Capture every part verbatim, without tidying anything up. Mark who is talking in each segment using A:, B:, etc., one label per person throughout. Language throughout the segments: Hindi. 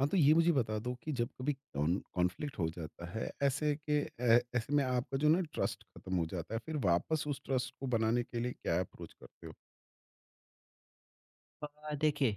A: हाँ, तो ये मुझे बता दो कि जब कभी कॉन कॉन्फ्लिक्ट हो जाता है, ऐसे के ए ऐसे में आपका जो ना ट्रस्ट खत्म हो जाता है, फिर वापस उस ट्रस्ट को बनाने के लिए क्या अप्रोच करते हो?
B: अ, देखिए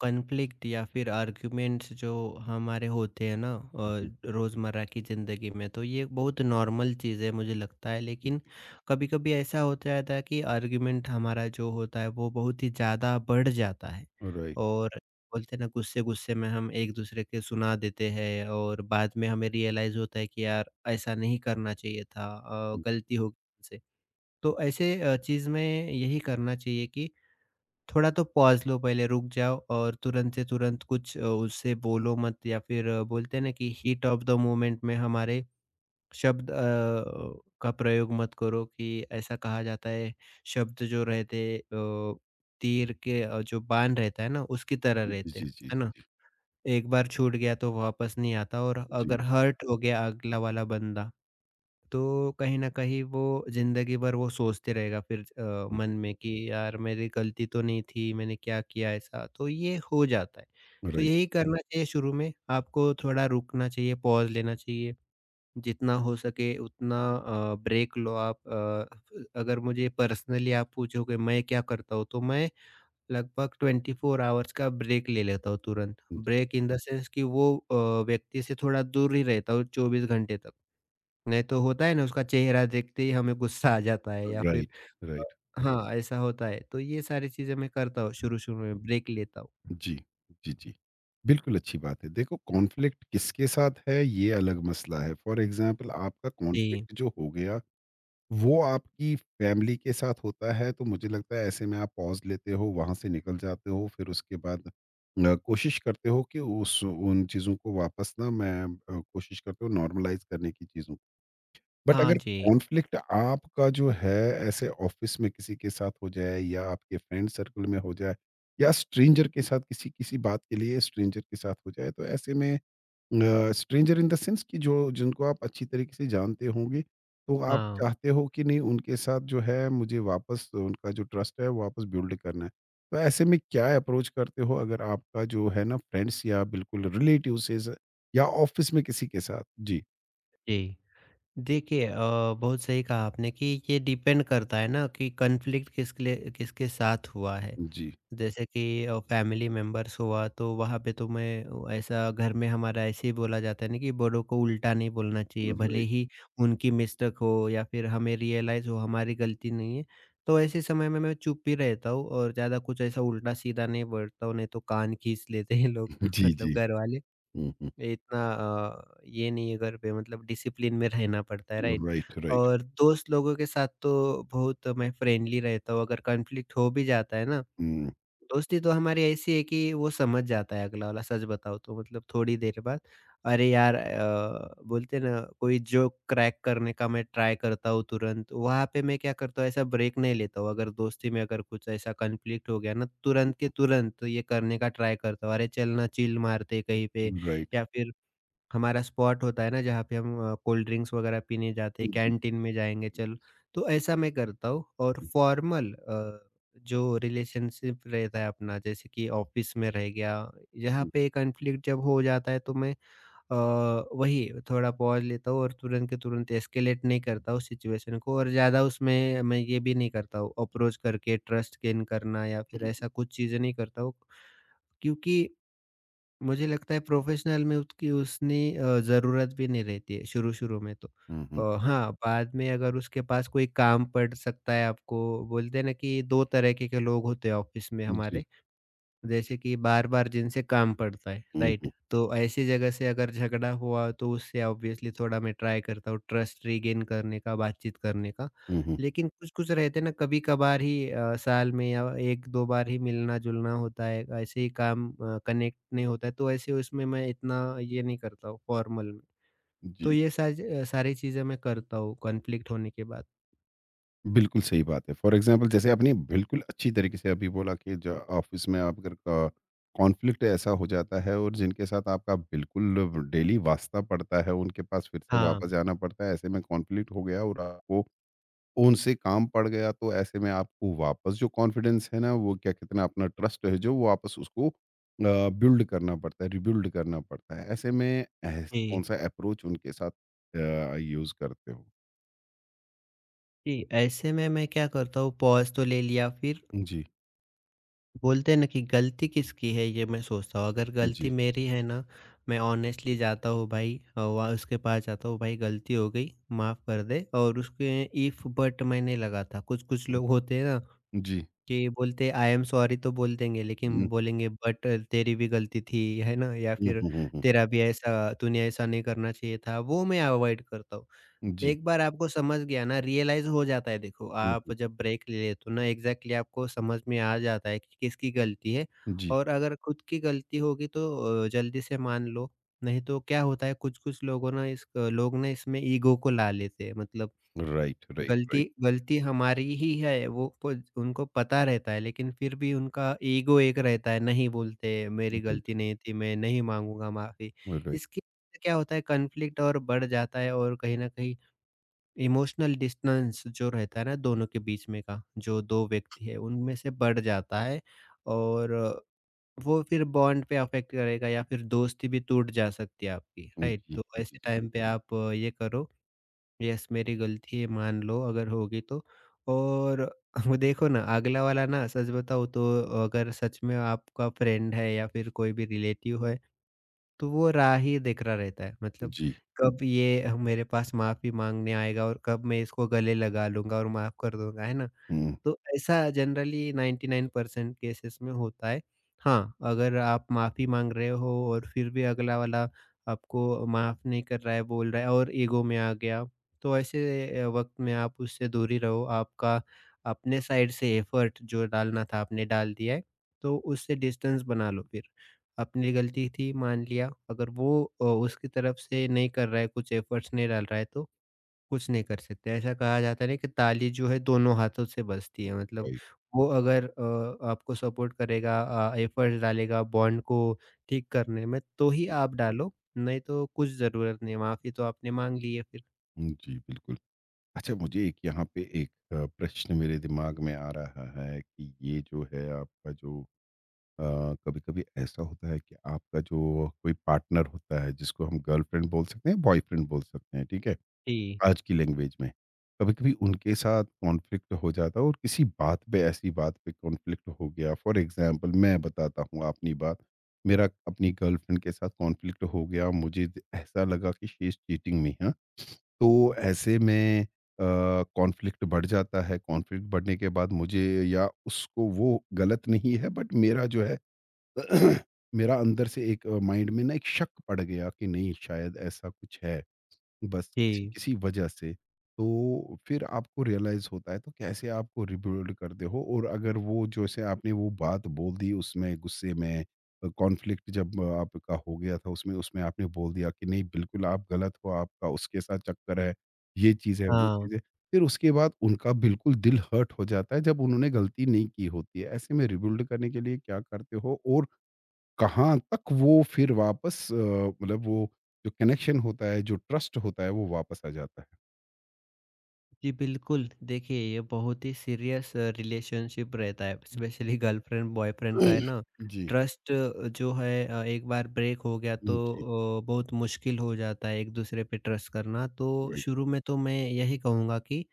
B: कॉन्फ्लिक्ट या फिर आर्ग्यूमेंट्स जो हमारे होते हैं ना
A: हुँ, हुँ,
B: अ, रोज़मर्रा की ज़िंदगी में तो ये बहुत नॉर्मल चीज़ है मुझे लगता है, लेकिन कभी-कभी ऐसा होता रहता है कि आर्ग्यूमेंट हमारा जो होता है वो बहुत ही ज़्यादा बढ़ जाता है
A: हुँ, राइट।
B: और बोलते हैं ना गुस्से-गुस्से में हम एक दूसरे के सुना देते हैं और बाद में हमें रियलाइज़ होता है कि यार ऐसा नहीं करना चाहिए था। अ,
A: हुँ,
B: गलती हो गई हमसे। तो ऐसे अ, चीज़ में यही करना चाहिए कि थोड़ा तो पॉज़ लो पहले, रुक जाओ और तुरंत से तुरंत कुछ अ, उससे बोलो मत या फिर अ, बोलते हैं ना कि हीट ऑफ द मोमेंट में हमारे शब्द अ, का प्रयोग मत करो कि ऐसा कहा जाता है शब्द जो रहते अ, तीर के अ, जो बाण रहता है ना उसकी तरह रहते
A: जी,
B: हैं,
A: जी,
B: है ना? एक बार छूट गया तो वापस नहीं आता, और
A: जी, जी,
B: अगर हर्ट हो गया अगला वाला बंदा तो कहीं न कहीं वो ज़िंदगी भर वो सोचते रहेगा, फिर अ, मन में कि यार मेरी गलती तो नहीं थी, मैंने क्या किया ऐसा? तो ये हो जाता है।
A: हुँ,
B: तो
A: राइट,
B: यही करना चाहिए शुरू में, आपको थोड़ा रुकना चाहिए, पॉज़ लेना चाहिए, जितना हो सके उतना अ, ब्रेक लो आप। अ, फ अगर मुझे पर्सनली आप पूछोगे मैं क्या करता हूँ, तो मैं लगभग 24 आवर्स का ब्रेक ले लेता हूँ तुरंत।
A: जी,
B: ब्रेक इन द सेंस कि वो अ, व्यक्ति से थोड़ा दूर ही रहता हूँ 24 घंटे तक। नहीं तो होता है ना उसका चेहरा देखते ही हमें गुस्सा आ जाता है या फिर
A: राइट, राइट,
B: अ, हाँ, ऐसा होता है। तो ये सारी चीज़ें मैं करता हूँ शुरू-शुरू में, ब्रेक लेता हूँ।
A: जी, जी, जी। बिल्कुल अच्छी बात है। देखो कॉन्फ्लिक्ट किसके साथ है, ये अलग मसला है। फॉर एग्ज़ाम्पल आपका
B: जी।
A: कॉन्फ्लिक्ट जो हो गया वो आपकी फैमिली के साथ होता है तो मुझे लगता है ऐसे में आप पॉज़ लेते हो, वहाँ से निकल जाते हो, फिर उसके बाद अ, कोशिश करते हो कि उस उन चीज़ों को वापस ना मैं अ, कोशिश करते हो नॉर्मलाइज़ करने की चीज़ों को। बट
B: हाँ
A: अगर
B: जी।
A: कॉन्फ्लिक्ट आपका जो है ऐसे ऑफ़िस में किसी के साथ हो जाए या आपके फ्रेंड सर्कल में हो जाए या स्ट्रेंजर के साथ किसी किसी बात के लिए स्ट्रेंजर के साथ हो जाए, तो ऐसे में स्ट्रेंजर इन द सेंस कि जो जिनको आप अच्छी तरीके से जानते होंगे, तो आप
B: हाँ,
A: चाहते हो कि नहीं उनके साथ जो है मुझे वापस उनका जो ट्रस्ट है वापस बिल्ड करना है। तो ऐसे में क्या अप्रोच करते हो अगर आपका जो है ना फ्रेंड्स या बिल्कुल रिलेटिव से ज़ या ऑफ़िस में किसी के साथ? जी।
B: जी। देखिए अ, बहुत सही कहा आपने कि ये डिपेंड करता है ना कि कन्फ्लिक्ट किसके लिए किसके साथ हुआ है।
A: जी,
B: जैसे कि अ, फैमिली मेंबर्स हुआ तो वहाँ पे तो मैं अ, ऐसा घर में हमारा ऐसे ही बोला जाता है ना कि बड़ों को उल्टा नहीं बोलना चाहिए भले
A: राइट।
B: ही उनकी मिस्टेक हो या फिर हमें रियलाइज़ हो हमारी गलती नहीं है। तो ऐसे समय में मैं चुप ही रहता हूँ और ज़्यादा कुछ ऐसा उल्टा सीधा नहीं बोलता हूँ, नहीं तो कान खींच लेते हैं लोग,
A: जी,
B: मतलब
A: जी।
B: घरवाले।
A: हुँ, हुँ।
B: इतना अ, ये नहीं है, घर पे मतलब डिसिप्लिन में रहना पड़ता है, राइट?
A: Right, right.
B: और दोस्त लोगों के साथ तो बहुत मैं फ्रेंडली रहता हूँ, अगर कॉन्फ्लिक्ट हो भी जाता है ना,
A: हुँ,
B: दोस्ती तो हमारी ऐसी है कि वो समझ जाता है अगला वाला, सच बताऊँ तो मतलब थोड़ी देर बाद। अरे यार, अ, बोलते हैं ना, कोई जोक क्रैक करने का मैं ट्राई करता हूँ तुरंत। वहाँ पे मैं क्या करता हूँ ऐसा ब्रेक नहीं लेता हूँ, अगर दोस्ती में अगर कुछ ऐसा कॉन्फ्लिक्ट हो गया ना, तुरंत के तुरंत ये करने का ट्राई करता हूँ। अरे चल ना चिल मारते हैं कहीं पे
A: राइट।
B: या फिर हमारा स्पॉट होता है ना जहाँ पे हम अ, कोल्ड ड्रिंक्स वगैरह पीने जाते हैं,
A: जी।
B: कैंटीन में जाएँगे चलो। तो ऐसा मैं करता हूँ। और फॉर्मल अ, जो रिलेशनशिप रहता है अपना, जैसे कि ऑफ़िस में रह गया, यहाँ
A: हुँ,
B: पे कॉन्फ्लिक्ट जब हो जाता है तो मैं अ, वही थोड़ा पॉज़ लेता हूँ और तुरंत के तुरंत एस्केलेट नहीं करता हूँ सिचुएशन को और ज़्यादा। उसमें मैं ये भी नहीं करता हूँ अप्रोच करके ट्रस्ट गेन करना या फिर ऐसा कुछ चीज़ें नहीं करता हूँ, क्योंकि मुझे लगता है प्रोफेशनल में उसकी उसनी अ, ज़रूरत भी नहीं रहती है शुरू-शुरू में तो।
A: हुँ, हुँ,
B: अ, हाँ, बाद में अगर उसके पास कोई काम पड़ सकता है आपको, बोलते हैं ना कि दो तरीके के के लोग होते हैं ऑफ़िस में
A: हुँ, जी।
B: हमारे। जैसे कि बार-बार जिनसे काम पड़ता है,
A: हुँ,
B: राइट?
A: हुँ,
B: तो ऐसी जगह से अगर झगड़ा हुआ तो उससे ऑब्वियसली थोड़ा मैं ट्राई करता हूँ ट्रस्ट रीगेन करने का, बातचीत करने का।
A: हुँ, हुँ,
B: लेकिन कुछ-कुछ रहते हैं ना, कभी-कभार ही अ, साल में या एक दो बार ही मिलना-जुलना होता है, ऐसे ही काम अ, कनेक्ट नहीं होता है, तो ऐसे उसमें मैं इतना ये नहीं करता हूँ फॉर्मल में। तो
A: जी।
B: ये साज अ, सारी चीज़ें मैं करता हूँ कॉन्फ्लिक्ट होने के बाद।
A: बिल्कुल सही बात है। फॉर एग्ज़ाम्पल जैसे आपने बिल्कुल अच्छी तरीके से अभी बोला कि ज ऑफ़िस में आप अगर क कॉन्फ्लिक्ट ऐसा हो जाता है और जिनके साथ आपका बिल्कुल डेली वास्ता पड़ता है, उनके पास फिर से
B: हाँ,
A: वापस जाना पड़ता है, ऐसे में कॉन्फ्लिक्ट हो गया और आपको उनसे काम पड़ गया, तो ऐसे में आपको वापस जो कॉन्फिडेंस है ना, वो क्या कहते हैं ना, अपना ट्रस्ट है जो, वो वापस उसको अ, बिल्ड करना पड़ता है, रिबिल्ड करना पड़ता है। ऐसे में ऐस
B: जी।
A: कौन-सा अप्रोच उनके साथ अ, यूज़ करते हो?
B: जी, ऐसे में मैं क्या करता हूँ, पॉज़ तो ले लिया, फिर
A: जी।
B: बोलते हैं ना कि गलती किसकी है, ये मैं सोचता हूँ। अगर
A: जी।
B: गलती मेरी है ना, मैं ऑनेस्टली जाता हूँ, भाई अ, वहाँ उसके पास जाता हूँ, भाई गलती हो गई माफ़ कर दे। और उसके इफ़ बट, मैंने लगा था, कुछ कुछ लोग होते हैं ना
A: जी।
B: कि बोलते आई एम सॉरी तो बोल देंगे, लेकिन बोलेंगे बट तेरी भी गलती थी, है ना, या
A: हुँ,
B: फिर
A: हुँ, हुँ, हुँ।
B: तेरा भी ऐसा तूने ऐसा नहीं करना चाहिए था, वो मैं अवॉइड करता हूँ।
A: जी।
B: एक बार आपको समझ गया ना, रियलाइज़ हो जाता है, देखो,
A: हुँ,
B: आप
A: हुँ।
B: जब ब्रेक ले लेते हो ना, एग्ज़ैक्टली आपको समझ में आ जाता है कि किसकी गलती है।
A: जी।
B: और अगर खुद की गलती होगी तो अ, जल्दी से मान लो, नहीं तो क्या होता है कुछ-कुछ लोगों ना, इस अ, लोग ना इसमें ईगो को ला लेते हैं, मतलब
A: राइट, राइट,
B: गलती
A: राइट,
B: गलती हमारी ही है, वो खुद उनको पता रहता है, लेकिन फिर भी उनका ईगो एक रहता है, नहीं बोलते मेरी गलती नहीं थी, मैं नहीं माँगूँगा माफ़ी।
A: Right, right.
B: इसकी क्या होता है कॉन्फ्लिक्ट और बढ़ जाता है और कहीं न कहीं इमोशनल डिस्टेंस जो रहता है ना दोनों के बीच में का जो दो व्यक्ति है उनमें से बढ़ जाता है और वो फिर बॉन्ड पे अफेक्ट करेगा या फिर दोस्ती भी टूट जा सकती है आपकी,
A: जी,
B: राइट? तो
A: जी, जी।
B: ऐसे टाइम पे आप ये करो, यस मेरी गलती है मान लो अगर होगी तो। और वो देखो ना अगला वाला ना, सच बताओ तो अगर सच में आपका फ्रेंड है या फिर कोई भी रिलेटिव है तो वो राह ही दिख रहा रहता है, मतलब
A: जी।
B: कब ये मेरे पास माफ़ी माँगने आएगा और कब मैं इसको गले लगा लूँगा और माफ़ कर दूँगा, है ना?
A: हुँ,
B: तो ऐसा generally ninety nine percent cases में होता है। हाँ, अगर आप माफ़ी माँग रहे हो और फिर भी अगला वाला आपको माफ़ नहीं कर रहा है, बोल रहा है और ईगो में आ गया, तो ऐसे अ, वक़्त में आप उससे दूरी रहो। आपका अपने साइड से एफ़र्ट जो डालना था, आपने डाल दिया है, तो उससे डिस्टेंस बना लो फिर। अपनी गलती थी, मान लिया। अगर वो अ, उसकी तरफ से नहीं कर रहा है, कुछ एफ़र्ट्स नहीं डाल रहा है तो कुछ नहीं कर सकते। ऐसा कहा जाता है ना कि ताली जो है दोनों हाथों से बजती है, मतलब
A: राइट।
B: वो अगर अ, आपको सपोर्ट करेगा, अ, एफर्ट्स डालेगा बॉन्ड को ठीक करने में तो ही आप डालो, नहीं तो कुछ ज़रूरत नहीं है, माफ़ी तो आपने माँग ली है फिर।
A: हुँ, जी, बिल्कुल। अच्छा मुझे एक यहाँ पे एक अ, प्रश्न मेरे दिमाग में आ रहा है कि ये जो है आपका जो अ, कभी-कभी ऐसा होता है कि आपका जो कोई पार्टनर होता है जिसको हम गर्लफ्रेंड बोल सकते हैं, बॉयफ्रेंड बोल सकते हैं, ठीक है?
B: जी,
A: आज की लैंग्वेज में। कभी-कभी उनके साथ कॉन्फ्लिक्ट हो जाता है और किसी बात पे ऐसी बात पे कॉन्फ्लिक्ट हो गया। फ़ॉर एग्ज़ाम्पल मैं बताता हूँ अपनी बात। मेरा अपनी गर्लफ्रेंड के साथ कॉन्फ्लिक्ट हो गया। मुझे ज ऐसा लगा कि शी इज़ चीटिंग मी हाँ। तो ऐसे में अ, कॉन्फ्लिक्ट बढ़ जाता है। कॉन्फ्लिक्ट बढ़ने के बाद मुझे या उसको वो गलत नहीं है बट मेरा जो है मेरा अंदर से एक अ, माइंड में ना एक शक पड़ गया कि नहीं शायद ऐसा कुछ है। बस किसी
B: जी।
A: किसी वजह से। तो फिर आपको रियलाइज़ होता है तो कैसे आपको रिबिल्ड करते हो? और अगर वो जैसे आपने वो बात बोल दी उसमें गुस्से में अ, कॉन्फ्लिक्ट जब अ, आपका हो गया था उसमें उसमें आपने बोल दिया कि नहीं बिल्कुल आप गलत हो, आपका उसके साथ चक्कर है, ये चीज़ है, वो
B: हाँ।
A: चीज़ है। फिर उसके बाद उनका बिल्कुल दिल हर्ट हो जाता है जब उन्होंने गलती नहीं की होती है। ऐसे में रिबिल्ड करने के लिए क्या करते हो? और कहाँ तक वो फिर वापस अ, मतलब वो जो कनेक्शन होता है, जो ट्रस्ट होता है, वो वापस आ जाता है।
B: जी बिल्कुल, देखिए ये बहुत ही सीरियस रिलेशनशिप रहता है, स्पेशली गर्लफ्रेंड बॉयफ्रेंड का, है ना?
A: जी,
B: ट्रस्ट जो है अ, एक बार ब्रेक हो गया तो
A: हुँ, जी,
B: अ, बहुत मुश्किल हो जाता है एक दूसरे पे ट्रस्ट करना। तो
A: राइट,
B: शुरू में तो मैं यही कहूँगा कि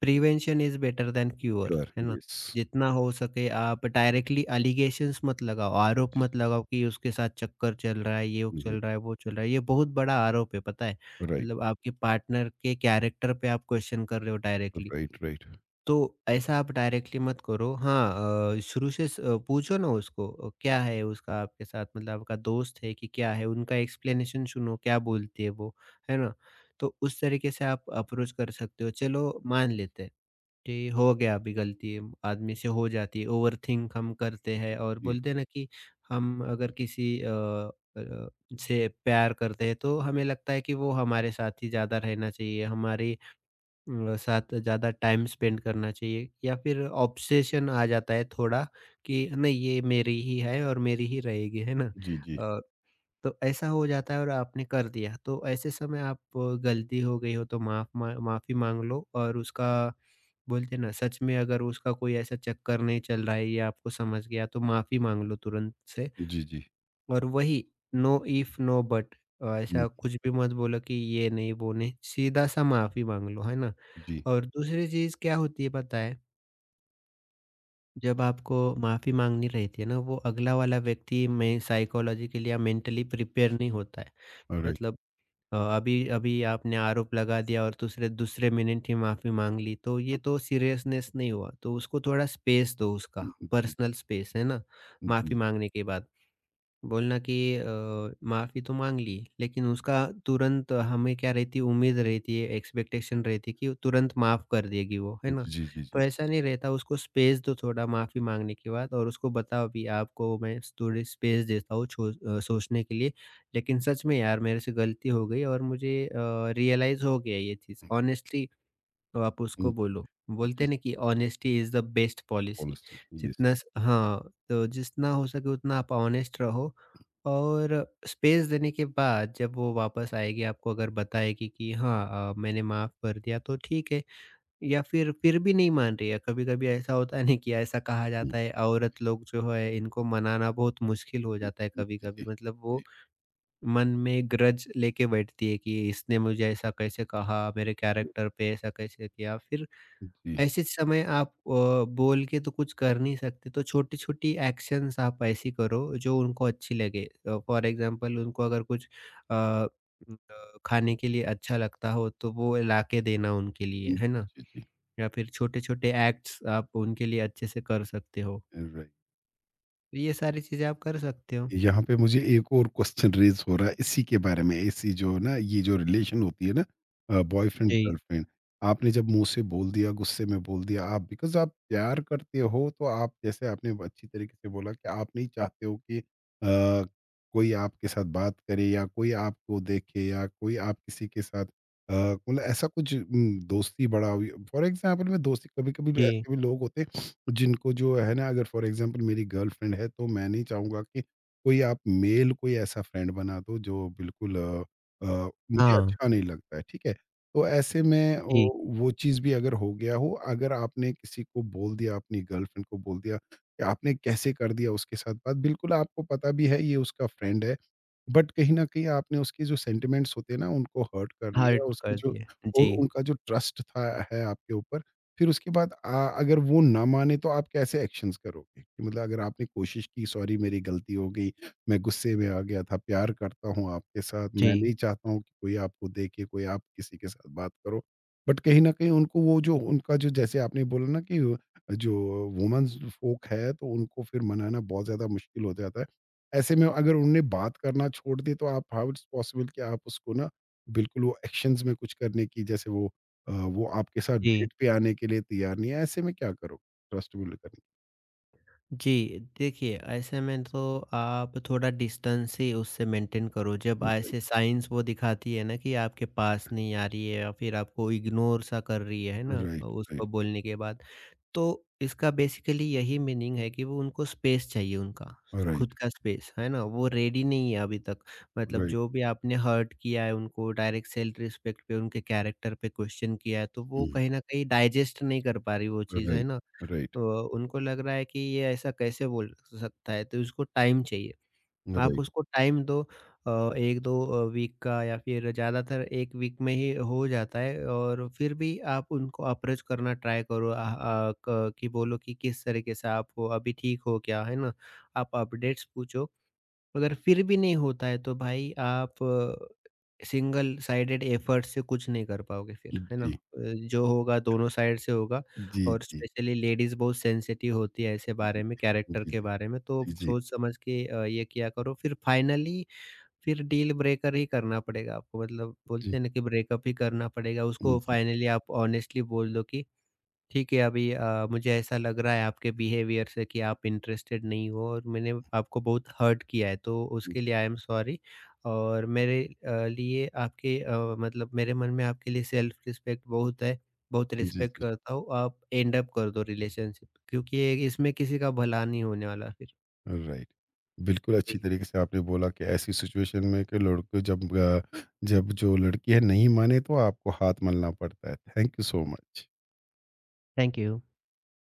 B: prevention is better than cure,
A: you are
B: है ना?
A: यस,
B: जितना हो सके आप डायरेक्टली एलिगेशंस मत लगाओ, आरोप
A: जी, जी,
B: मत लगाओ कि उसके साथ चक्कर चल रहा है, ये वो
A: हुँ,
B: चल
A: हुँ,
B: रहा है, वो चल रहा है। ये बहुत बड़ा आरोप है, पता है?
A: राइट,
B: मतलब आपके पार्टनर के कैरेक्टर पे आप क्वेश्चन कर रहे हो डायरेक्टली।
A: राइट, राइट,
B: तो ऐसा आप डायरेक्टली मत करो। हाँ, अ, शुरू से स अ, पूछो ना उसको अ, क्या है उसका आपके साथ, मतलब आपका दोस्त है कि क्या है? उनका एक्सप्लेनेशन सुनो, क्या बोलती है वो, है ना? तो उस तरीके से आप अप्रोच कर सकते हो, चलो मान लेते हैं। जी, हो गया अभी, गलती आदमी से हो जाती है, ओवरथिंक हम करते हैं और
A: जी,
B: बोलते हैं ना कि हम अगर किसी अ, अ, से प्यार करते हैं तो हमें लगता है कि वो हमारे साथ ही ज़्यादा रहना चाहिए, हमारे अ, साथ ज़्यादा टाइम स्पेंड करना चाहिए, या फिर ऑब्सेशन आ जाता है थोड़ा कि नहीं ये मेरी ही है और मेरी ही रहेगी, है ना?
A: जी, जी,
B: तो ऐसा हो जाता है और आपने कर दिया, तो ऐसे समय आप गलती हो गई हो तो माफ मा, माफी मांग लो और उसका बोलते हैं ना, सच में अगर उसका कोई ऐसा चक्कर नहीं चल रहा है या आपको समझ गया तो माफी मांग लो तुरंत से।
A: जी, जी,
B: और वही, नो इफ नो बट,
A: हुँ,
B: ऐसा कुछ भी मत बोलो कि ये नहीं वो नहीं, सीधा सा माफी मांग लो, है ना?
A: जी,
B: और दूसरी चीज क्या होती है पता है, जब आपको माफी मांगनी रहती है ना, वो अगला वाला व्यक्ति में साइकोलॉजिकली या मेंटली प्रिपेयर नहीं होता है,
A: राइट,
B: मतलब अ, अभी अभी आपने आरोप लगा दिया और दूसरे दूसरे मिनट ही माफ़ी माँग ली, तो ये तो सीरियसनेस नहीं हुआ। तो उसको थोड़ा स्पेस दो, उसका
A: हुँ, हुँ,
B: पर्सनल स्पेस, है ना?
A: जी,
B: माफ़ी
A: जी,
B: माँगने के बाद बोलना कि अ, माफ़ी तो माँग ली, लेकिन उसका तुरंत हमें क्या रहती है उम्मीद रहती है, एक्सपेक्टेशन रहती है कि वो तुरंत माफ़ कर देगी वो, है ना?
A: जी, जी, जी,
B: तो
A: जी,
B: ऐसा नहीं रहता, उसको स्पेस दो थोड़ा माफ़ी माँगने के बाद और उसको बताओ भी आपको मैं थोड़ी स्पेस देता हूँ छो अ, सोचने के लिए, लेकिन सच में यार मेरे से गलती हो गई और मुझे अ, रियलाइज़ हो गया ये चीज़। ऑनेस्टली तो आप उसको
A: हुँ,
B: बोलो। बोलते
A: जी,
B: हैं ना कि honesty is the best policy.
A: Policy, yes,
B: जितना स हाँ, तो जितना हो सके उतना आप ऑनेस्ट रहो। और स्पेस देने के बाद जब वो वापस आएगी आपको अगर बताएगी कि हाँ अ, मैंने माफ़ कर दिया तो ठीक है, या फिर फिर भी नहीं मान रही है। कभी-कभी ऐसा होता है ना कि ऐसा कहा
A: हुँ,
B: जाता है औरत लोग जो है इनको मनाना बहुत मुश्किल हो जाता है
A: जी, जी,
B: कभी-कभी,
A: जी,
B: मतलब वो मन में ग्रज लेके बैठती है कि इसने मुझे ऐसा कैसे कहा, मेरे कैरेक्टर पे ऐसा कैसे किया। फिर
A: हुँ,
B: ऐसे समय आप अ, बोल के तो कुछ कर नहीं सकते, तो छोटी-छोटी एक्शन्स आप ऐसी करो जो उनको अच्छी लगे। अ, फॉर एग्ज़ाम्पल उनको अगर कुछ अ, उम, अ, खाने के लिए अच्छा लगता हो तो वो लाके देना उनके लिए, है ना?
A: जी, जी,
B: या फिर छोटे-छोटे एक्ट्स आप उनके लिए अच्छे से कर सकते हो।
A: राइट।
B: ये सारी चीज़ें आप कर सकते हो।
A: यहाँ पे मुझे एक और क्वेश्चन रेज़ हो रहा है इसी के बारे में, इसी जो ना ये जो रिलेशन होती है ना अ, बॉयफ्रेंड
B: जी,
A: गर्लफ्रेंड, आपने जब मुँह से बोल दिया, गुस्से में बोल दिया आप बिकॉज़ आप प्यार करते हो तो आप जैसे आपने अच्छी तरीके से बोला कि आप नहीं चाहते हो कि अ, कोई आपके साथ बात करे या कोई आपको देखे या कोई आप किसी के साथ अ, मतलब ऐसा कुछ उम, दोस्ती बढ़ाओ फॉर एग्ज़ाम्पल मैं दोस्ती कभी-कभी
B: जी।
A: ऐसे भी लोग होते हैं जिनको जो है ना अगर फॉर एग्ज़ाम्पल मेरी गर्लफ्रेंड है तो मैं नहीं चाहूँगा कि कोई आप मेल कोई ऐसा फ्रेंड बना दो जो बिल्कुल अ अ, मुझे
B: हाँ,
A: अच्छा नहीं लगता है, ठीक है? तो ऐसे में ओ
B: जी।
A: वो चीज़ भी अगर हो गया हो, अगर आपने किसी को बोल दिया, अपनी गर्लफ्रेंड को बोल दिया कि आपने कैसे कर दिया उसके साथ बात, बिल्कुल आपको पता भी है ये उसका फ्रेंड है। बट कहीं न कहीं आपने उसके जो सेंटिमेंट्स होते हैं ना, उनको हर्ट करना है या
B: हर्ट
A: उसकी
B: कर
A: जो
B: दिए।
A: और
B: जी।
A: उनका जो ट्रस्ट था है आपके ऊपर, फिर उसके बाद अ, अगर वो ना माने तो आप कैसे एक्शंस करोगे? कि मतलब अगर आपने कोशिश की सॉरी मेरी गलती हो गई, मैं गुस्से में आ गया था, प्यार करता हूँ आपके साथ, मैं
B: जी,
A: नहीं चाहता हूँ कि कोई आपको देखे, कोई आप किसी के साथ बात करो। बट कहीं न कहीं उनको वो जो उनका जो जैसे आपने बोला ना कि जो वुमेन्स फ़ोक है तो उनको फिर मनाना बहुत ज़्यादा मुश्किल हो जाता है। ऐसे में अगर उन्होंने बात करना छोड़ दी तो आप हाउ इट्स पॉसिबल कि आप उसको ना बिल्कुल वो एक्शंस में कुछ करने की जैसे वो अ, वो आपके साथ
B: जी।
A: डेट पे आने के लिए तैयार नहीं है ऐसे में क्या करो ट्रस्ट बिल्ड करने
B: जी, देखिए ऐसे में तो आप थोड़ा डिस्टेंस ही उससे मेंटेन करो जब
A: राइट
B: ऐसे साइंस वो दिखाती है ना कि आपके पास नहीं आ रही है या फिर आपको इग्नोर सा कर रही है, है ना?
A: राइट राइट
B: उसको बोलने के बाद। तो इसका बेसिकली यही मीनिंग है कि वो उनको स्पेस चाहिए उनका,
A: राइट
B: खुद का स्पेस, है ना? वो रेडी नहीं है अभी तक। मतलब
A: राइट
B: जो भी आपने हर्ट किया है उनको डायरेक्ट सेल्फ रिस्पेक्ट पे, उनके कैरेक्टर पे क्वेश्चन किया है, तो वो कहीं न कहीं डाइजेस्ट नहीं कर पा रही वो चीज़, है
A: राइट
B: ना?
A: राइट
B: अ, उनको लग रहा है कि ये ऐसा कैसे बोल सकता है, तो उसको टाइम चाहिए। आप
A: राइट
B: उसको टाइम दो अ, एक दो अ, वीक का या फिर ज़्यादातर एक वीक में ही हो जाता है और फिर भी आप उनको अप्रोच करना ट्राई करो। अ अ, क कि बोलो कि किस तरीके से आप हो, अभी ठीक हो क्या, है ना? आप अपडेट्स पूछो। अगर फिर भी नहीं होता है तो भाई आप सिंगल साइडेड एफर्ट से कुछ नहीं कर पाओगे फिर, है ना? अ,
A: जी
B: जो होगा दोनों साइड से होगा।
A: जी
B: और
A: जी
B: स्पेशली लेडीज़ बहुत सेंसिटिव होती है ऐसे बारे में,
A: जी
B: कैरेक्टर
A: जी
B: के बारे में, तो
A: जी जी
B: सोच समझ के अ, ये किया करो। फिर फाइनली फिर डील ब्रेकर ही करना पड़ेगा आपको, मतलब
A: जी
B: बोलते हैं ना कि ब्रेकअप ही करना पड़ेगा। उसको
A: जी
B: फाइनली आप ऑनेस्टली बोल दो कि ठीक है अभी, अ, मुझे ऐसा लग रहा है आपके बिहेवियर से कि आप इंटरेस्टेड नहीं हो और मैंने आपको बहुत हर्ट किया है तो
A: जी
B: उसके लिए आई एम सॉरी, और मेरे अ, लिए आपके अ, मतलब मेरे मन में आपके लिए सेल्फ रिस्पेक्ट बहुत है, बहुत
A: जी
B: रिस्पेक्ट
A: जी
B: करता हूँ आप एंड अप कर दो रिलेशनशिप क्योंकि ये- इसमें किसी का भला नहीं होने वाला फिर।
A: राइट। बिल्कुल
B: जी,
A: अच्छी तरीके से आपने बोला कि ऐसी सिचुएशन में कि लड़को जब अ, जब जो लड़की है नहीं माने तो आपको हाथ मलना पड़ता है। Thank you so much.
B: Thank you.